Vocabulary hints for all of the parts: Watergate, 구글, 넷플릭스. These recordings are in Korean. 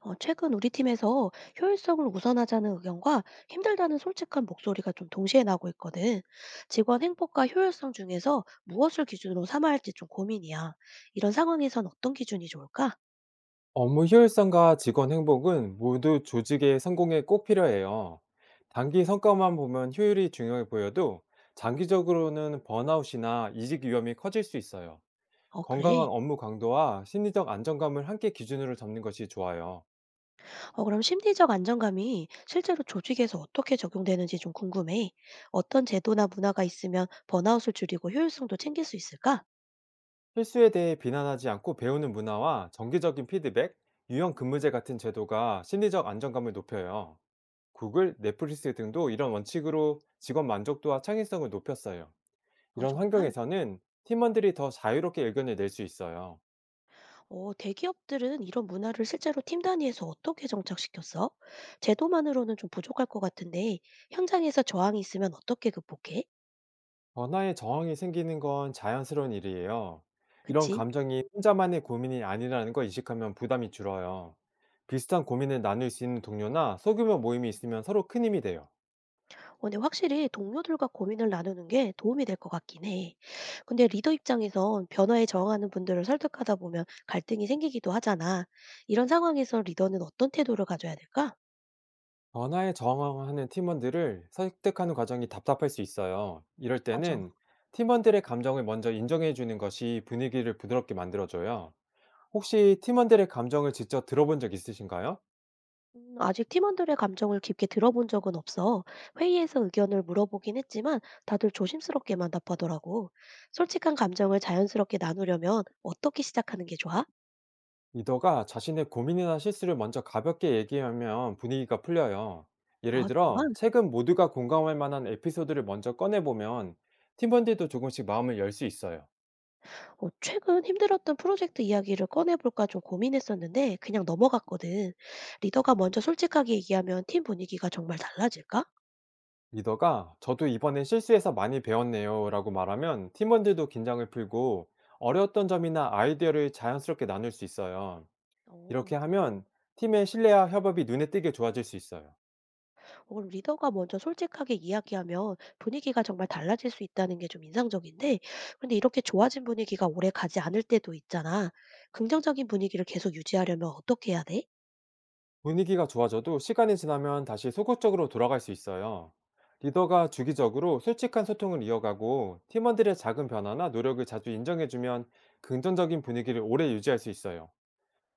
최근 우리 팀에서 효율성을 우선하자는 의견과 힘들다는 솔직한 목소리가 좀 동시에 나고 있거든. 직원 행복과 효율성 중에서 무엇을 기준으로 삼아야 할지 좀 고민이야. 이런 상황에선 어떤 기준이 좋을까? 업무 효율성과 직원 행복은 모두 조직의 성공에 꼭 필요해요. 단기 성과만 보면 효율이 중요해 보여도 장기적으로는 번아웃이나 이직 위험이 커질 수 있어요. 어, 그래. 건강한 업무 강도와 심리적 안정감을 함께 기준으로 잡는 것이 좋아요. 그럼 심리적 안정감이 실제로 조직에서 어떻게 적용되는지 좀 궁금해. 어떤 제도나 문화가 있으면 번아웃을 줄이고 효율성도 챙길 수 있을까? 실수에 대해 비난하지 않고 배우는 문화와 정기적인 피드백, 유형 근무제 같은 제도가 심리적 안정감을 높여요. 구글, 넷플릭스 등도 이런 원칙으로 직원 만족도와 창의성을 높였어요. 어, 이런 정말? 환경에서는 팀원들이 더 자유롭게 의견을 낼 수 있어요. 대기업들은 이런 문화를 실제로 팀 단위에서 어떻게 정착시켰어? 제도만으로는 좀 부족할 것 같은데, 현장에서 저항이 있으면 어떻게 극복해? 변화에 저항이 생기는 건 자연스러운 일이에요. 이런 그치? 감정이 혼자만의 고민이 아니라는 걸 인식하면 부담이 줄어요. 비슷한 고민을 나눌 수 있는 동료나 소규모 모임이 있으면 서로 큰 힘이 돼요. 오늘 확실히 동료들과 고민을 나누는 게 도움이 될 것 같긴 해. 근데 리더 입장에선 변화에 저항하는 분들을 설득하다 보면 갈등이 생기기도 하잖아. 이런 상황에서 리더는 어떤 태도를 가져야 될까? 변화에 저항하는 팀원들을 설득하는 과정이 답답할 수 있어요. 이럴 맞아. 때는 팀원들의 감정을 먼저 인정해 주는 것이 분위기를 부드럽게 만들어줘요. 혹시 팀원들의 감정을 직접 들어본 적 있으신가요? 아직 팀원들의 감정을 깊게 들어본 적은 없어. 회의에서 의견을 물어보긴 했지만 다들 조심스럽게만 답하더라고. 솔직한 감정을 자연스럽게 나누려면 어떻게 시작하는 게 좋아? 리더가 자신의 고민이나 실수를 먼저 가볍게 얘기하면 분위기가 풀려요. 아, 예를 들어, 정말? 최근 모두가 공감할 만한 에피소드를 먼저 꺼내보면 팀원들도 조금씩 마음을 열 수 있어요. 최근 힘들었던 프로젝트 이야기를 꺼내볼까 좀 고민했었는데 그냥 넘어갔거든. 리더가 먼저 솔직하게 얘기하면 팀 분위기가 정말 달라질까? 리더가 "저도 이번에 실수해서 많이 배웠네요 라고 말하면 팀원들도 긴장을 풀고 어려웠던 점이나 아이디어를 자연스럽게 나눌 수 있어요. 이렇게 어. 하면 팀의 신뢰와 협업이 눈에 띄게 좋아질 수 있어요. 그걸 리더가 먼저 솔직하게 이야기하면 분위기가 정말 달라질 수 있다는 게 좀 인상적인데, 그런데 이렇게 좋아진 분위기가 오래 가지 않을 때도 있잖아. 긍정적인 분위기를 계속 유지하려면 어떻게 해야 돼? 분위기가 좋아져도 시간이 지나면 다시 소극적으로 돌아갈 수 있어요. 리더가 주기적으로 솔직한 소통을 이어가고 팀원들의 작은 변화나 노력을 자주 인정해주면 긍정적인 분위기를 오래 유지할 수 있어요.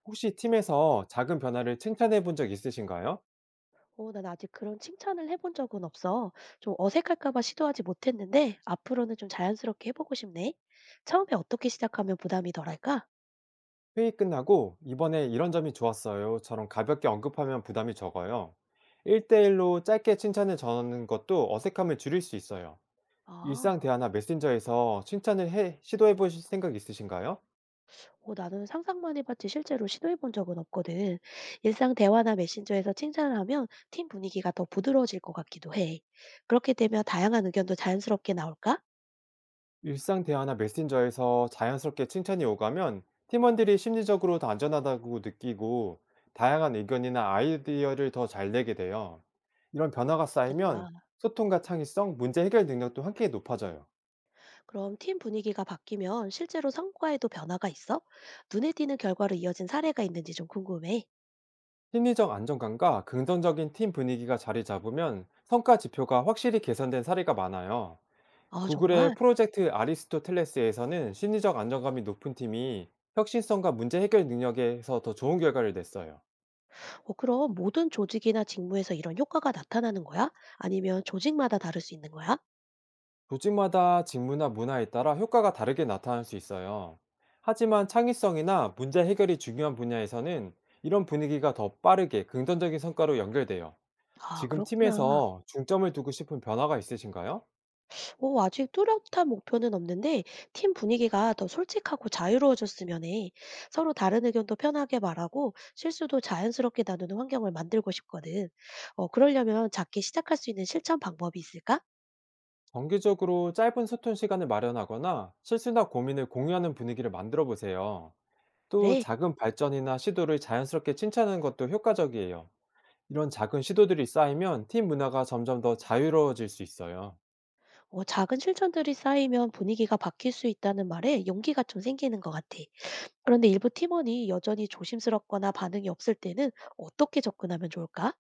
혹시 팀에서 작은 변화를 칭찬해 본 적 있으신가요? 어, 난 아직 그런 칭찬을 해본 적은 없어. 좀 어색할까봐 시도하지 못했는데, 앞으로는 좀 자연스럽게 해보고 싶네. 처음에 어떻게 시작하면 부담이 덜할까? 회의 끝나고 "이번에 이런 점이 좋았어요처럼 가볍게 언급하면 부담이 적어요. 1대1로 짧게 칭찬을 전하는 것도 어색함을 줄일 수 있어요. 일상 아. 대화나 메신저에서 칭찬을 해, 시도해 보실 생각 있으신가요? 나는 상상만 해봤지 실제로 시도해본 적은 없거든. 일상 대화나 메신저에서 칭찬을 하면 팀 분위기가 더 부드러워질 것 같기도 해. 그렇게 되면 다양한 의견도 자연스럽게 나올까? 일상 대화나 메신저에서 자연스럽게 칭찬이 오가면 팀원들이 심리적으로 더 안전하다고 느끼고 다양한 의견이나 아이디어를 더 잘 내게 돼요. 이런 변화가 쌓이면 있겠다. 소통과 창의성, 문제 해결 능력도 함께 높아져요. 그럼 팀 분위기가 바뀌면 실제로 성과에도 변화가 있어? 눈에 띄는 결과로 이어진 사례가 있는지 좀 궁금해. 심리적 안정감과 긍정적인 팀 분위기가 자리 잡으면 성과 지표가 확실히 개선된 사례가 많아요. 아, 구글의 정말? 프로젝트 아리스토텔레스에서는 심리적 안정감이 높은 팀이 혁신성과 문제 해결 능력에서 더 좋은 결과를 냈어요. 그럼 모든 조직이나 직무에서 이런 효과가 나타나는 거야? 아니면 조직마다 다를 수 있는 거야? 조직마다 직무나 문화에 따라 효과가 다르게 나타날 수 있어요. 하지만 창의성이나 문제 해결이 중요한 분야에서는 이런 분위기가 더 빠르게 긍정적인 성과로 연결돼요. 아, 지금 그렇구나. 팀에서 중점을 두고 싶은 변화가 있으신가요? 아직 뚜렷한 목표는 없는데 팀 분위기가 더 솔직하고 자유로워졌으면 해. 서로 다른 의견도 편하게 말하고 실수도 자연스럽게 나누는 환경을 만들고 싶거든. 그러려면 작게 시작할 수 있는 실천 방법이 있을까? 정기적으로 짧은 소통 시간을 마련하거나 실수나 고민을 공유하는 분위기를 만들어 보세요. 또 네, 작은 발전이나 시도를 자연스럽게 칭찬하는 것도 효과적이에요. 이런 작은 시도들이 쌓이면 팀 문화가 점점 더 자유로워질 수 있어요. 작은 실천들이 쌓이면 분위기가 바뀔 수 있다는 말에 용기가 좀 생기는 것 같아. 그런데 일부 팀원이 여전히 조심스럽거나 반응이 없을 때는 어떻게 접근하면 좋을까?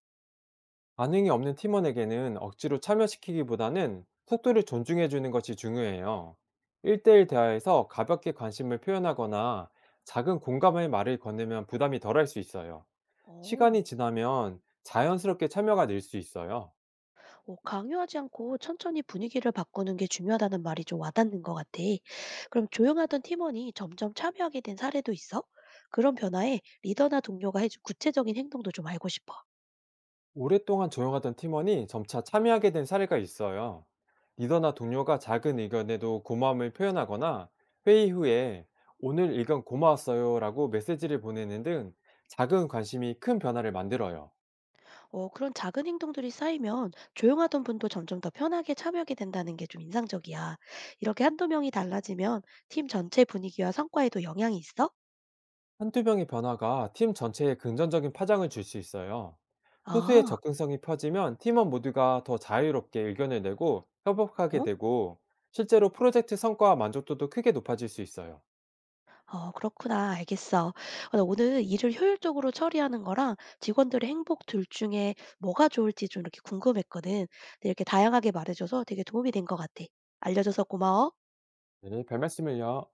반응이 없는 팀원에게는 억지로 참여시키기보다는 속도를 존중해주는 것이 중요해요. 1대1 대화에서 가볍게 관심을 표현하거나 작은 공감의 말을 건네면 부담이 덜할 수 있어요. 어. 시간이 지나면 자연스럽게 참여가 늘 수 있어요. 뭐 강요하지 않고 천천히 분위기를 바꾸는 게 중요하다는 말이 좀 와닿는 것 같아. 그럼 조용하던 팀원이 점점 참여하게 된 사례도 있어? 그런 변화에 리더나 동료가 해준 구체적인 행동도 좀 알고 싶어. 오랫동안 조용하던 팀원이 점차 참여하게 된 사례가 있어요. 리더나 동료가 작은 의견에도 고마움을 표현하거나 회의 후에 "오늘 의견 고마웠어요 라고 메시지를 보내는 등 작은 관심이 큰 변화를 만들어요. 그런 작은 행동들이 쌓이면 조용하던 분도 점점 더 편하게 참여하게 된다는 게 좀 인상적이야. 이렇게 한두 명이 달라지면 팀 전체 분위기와 성과에도 영향이 있어? 한두 명의 변화가 팀 전체에 긍정적인 파장을 줄 수 있어요. 소수의 아, 접근성이 펴지면 팀원 모두가 더 자유롭게 의견을 내고 협업하게 어? 되고 실제로 프로젝트 성과와 만족도도 크게 높아질 수 있어요. 어 그렇구나. 알겠어. 어 나 오늘 일을 효율적으로 처리하는 거랑 직원들의 행복 둘 중에 뭐가 좋을지 좀 이렇게 궁금했거든. 근데 이렇게 다양하게 말해줘서 되게 도움이 된 것 같아. 알려줘서 고마워. 네, 별 말씀을요.